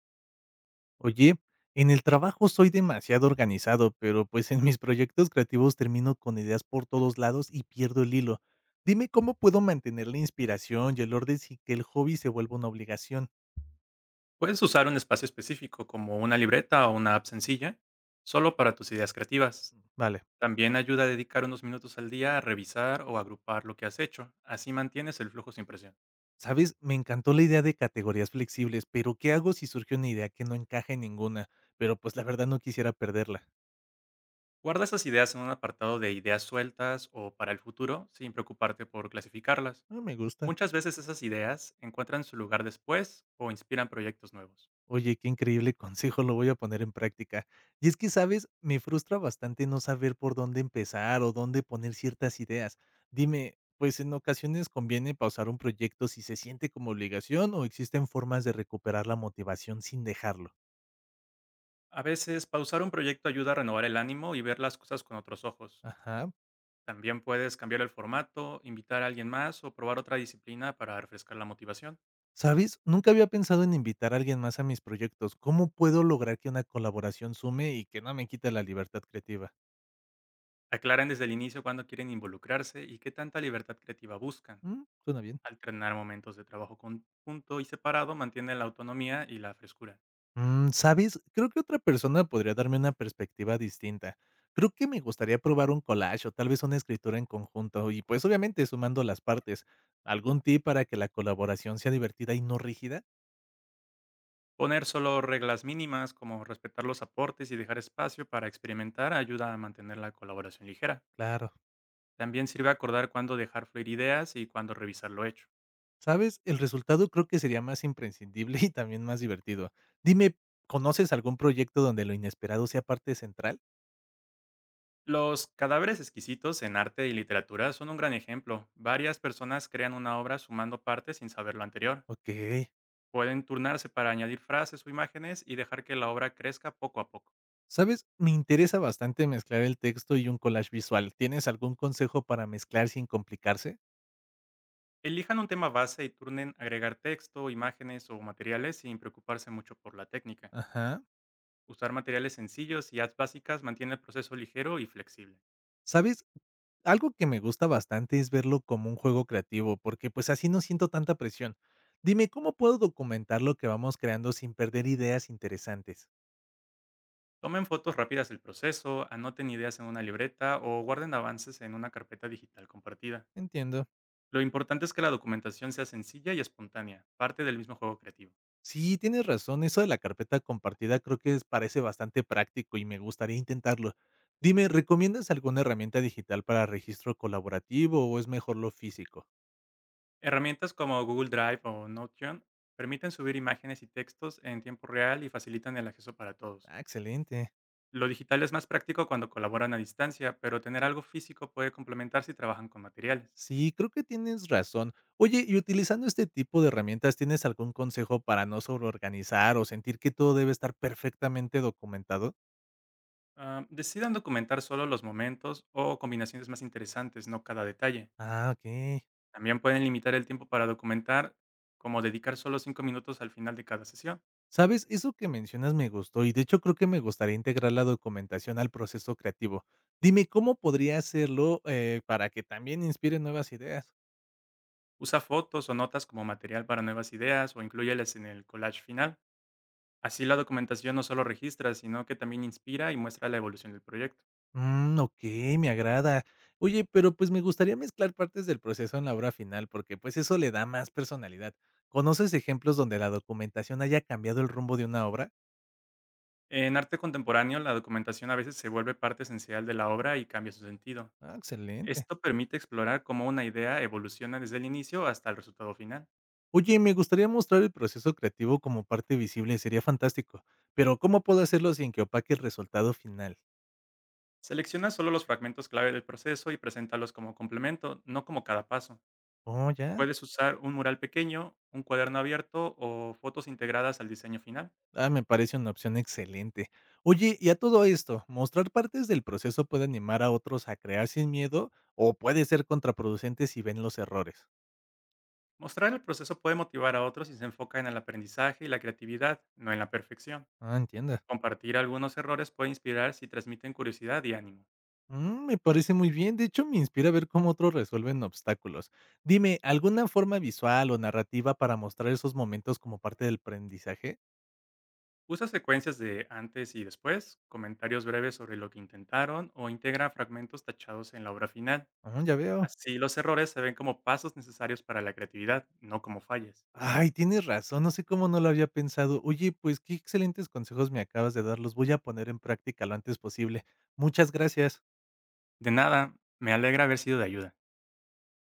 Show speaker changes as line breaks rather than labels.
Oye, en el trabajo soy demasiado organizado, pero pues en mis proyectos creativos termino con ideas por todos lados y pierdo el hilo. Dime cómo puedo mantener la inspiración y el orden sin que el hobby se vuelva una obligación.
Puedes usar un espacio específico como una libreta o una app sencilla, solo para tus ideas creativas.
Vale.
También ayuda a dedicar unos minutos al día a revisar o agrupar lo que has hecho. Así mantienes el flujo sin presión.
Sabes, me encantó la idea de categorías flexibles, pero ¿qué hago si surge una idea que no encaja en ninguna? Pero pues la verdad no quisiera perderla.
Guarda esas ideas en un apartado de ideas sueltas o para el futuro sin preocuparte por clasificarlas.
No me gusta.
Muchas veces esas ideas encuentran su lugar después o inspiran proyectos nuevos.
Oye, qué increíble consejo, lo voy a poner en práctica. Y es que, ¿sabes? Me frustra bastante no saber por dónde empezar o dónde poner ciertas ideas. Dime, pues en ocasiones conviene pausar un proyecto si se siente como obligación o existen formas de recuperar la motivación sin dejarlo.
A veces pausar un proyecto ayuda a renovar el ánimo y ver las cosas con otros ojos.
Ajá.
También puedes cambiar el formato, invitar a alguien más o probar otra disciplina para refrescar la motivación.
¿Sabes? Nunca había pensado en invitar a alguien más a mis proyectos. ¿Cómo puedo lograr que una colaboración sume y que no me quite la libertad creativa?
Aclaren desde el inicio cuándo quieren involucrarse y qué tanta libertad creativa buscan.
Mm, suena bien.
Alternar momentos de trabajo conjunto y separado mantiene la autonomía y la frescura.
Mm, ¿sabes? Creo que otra persona podría darme una perspectiva distinta. Creo que me gustaría probar un collage o tal vez una escritura en conjunto y pues obviamente sumando las partes. ¿Algún tip para que la colaboración sea divertida y no rígida?
Poner solo reglas mínimas como respetar los aportes y dejar espacio para experimentar ayuda a mantener la colaboración ligera.
Claro.
También sirve acordar cuándo dejar fluir ideas y cuándo revisar lo hecho.
¿Sabes? El resultado creo que sería más imprescindible y también más divertido. Dime, ¿conoces algún proyecto donde lo inesperado sea parte central?
Los cadáveres exquisitos en arte y literatura son un gran ejemplo. Varias personas crean una obra sumando partes sin saber lo anterior.
Ok.
Pueden turnarse para añadir frases o imágenes y dejar que la obra crezca poco a poco.
¿Sabes? Me interesa bastante mezclar el texto y un collage visual. ¿Tienes algún consejo para mezclar sin complicarse?
Elijan un tema base y turnen agregar texto, imágenes o materiales sin preocuparse mucho por la técnica.
Ajá.
Usar materiales sencillos y ads básicas mantiene el proceso ligero y flexible.
¿Sabes? Algo que me gusta bastante es verlo como un juego creativo, porque pues así no siento tanta presión. Dime, ¿cómo puedo documentar lo que vamos creando sin perder ideas interesantes?
Tomen fotos rápidas del proceso, anoten ideas en una libreta o guarden avances en una carpeta digital compartida.
Entiendo.
Lo importante es que la documentación sea sencilla y espontánea, parte del mismo juego creativo.
Sí, tienes razón, eso de la carpeta compartida creo que parece bastante práctico y me gustaría intentarlo. Dime, ¿recomiendas alguna herramienta digital para registro colaborativo o es mejor lo físico?
Herramientas como Google Drive o Notion permiten subir imágenes y textos en tiempo real y facilitan el acceso para todos.
Ah, excelente.
Lo digital es más práctico cuando colaboran a distancia, pero tener algo físico puede complementar si trabajan con materiales.
Sí, creo que tienes razón. Oye, y utilizando este tipo de herramientas, ¿tienes algún consejo para no sobreorganizar o sentir que todo debe estar perfectamente documentado?
Ah, decidan documentar solo los momentos o combinaciones más interesantes, no cada detalle.
Ah, ok.
También pueden limitar el tiempo para documentar, como dedicar solo 5 minutos al final de cada sesión.
Sabes, eso que mencionas me gustó y de hecho creo que me gustaría integrar la documentación al proceso creativo. Dime, ¿cómo podría hacerlo para que también inspire nuevas ideas?
Usa fotos o notas como material para nuevas ideas o inclúyelas en el collage final. Así la documentación no solo registra, sino que también inspira y muestra la evolución del proyecto.
Mm, okey, me agrada. Oye, pero, pues, me gustaría mezclar partes del proceso en la obra final, porque, pues, eso le da más personalidad. ¿Conoces ejemplos donde la documentación haya cambiado el rumbo de una obra?
En arte contemporáneo, la documentación a veces se vuelve parte esencial de la obra y cambia su sentido.
Ah, excelente.
Esto permite explorar cómo una idea evoluciona desde el inicio hasta el resultado final.
Oye, me gustaría mostrar el proceso creativo como parte visible, sería fantástico. Pero, ¿cómo puedo hacerlo sin que opaque el resultado final?
Selecciona solo los fragmentos clave del proceso y preséntalos como complemento, no como cada paso.
Oh, ya.
Puedes usar un mural pequeño, un cuaderno abierto o fotos integradas al diseño final.
Ah, me parece una opción excelente. Oye, y a todo esto, ¿mostrar partes del proceso puede animar a otros a crear sin miedo, o puede ser contraproducente si ven los errores?
Mostrar el proceso puede motivar a otros si se enfoca en el aprendizaje y la creatividad, no en la perfección.
Ah, entiendo.
Compartir algunos errores puede inspirar si transmiten curiosidad y ánimo.
Mm, me parece muy bien. De hecho, me inspira a ver cómo otros resuelven obstáculos. Dime, ¿alguna forma visual o narrativa para mostrar esos momentos como parte del aprendizaje?
Usa secuencias de antes y después, comentarios breves sobre lo que intentaron o integra fragmentos tachados en la obra final.
Ah, ya veo.
Así los errores se ven como pasos necesarios para la creatividad, no como fallas.
Ay, tienes razón. No sé cómo no lo había pensado. Oye, pues qué excelentes consejos me acabas de dar. Los voy a poner en práctica lo antes posible. Muchas gracias.
De nada, me alegra haber sido de ayuda.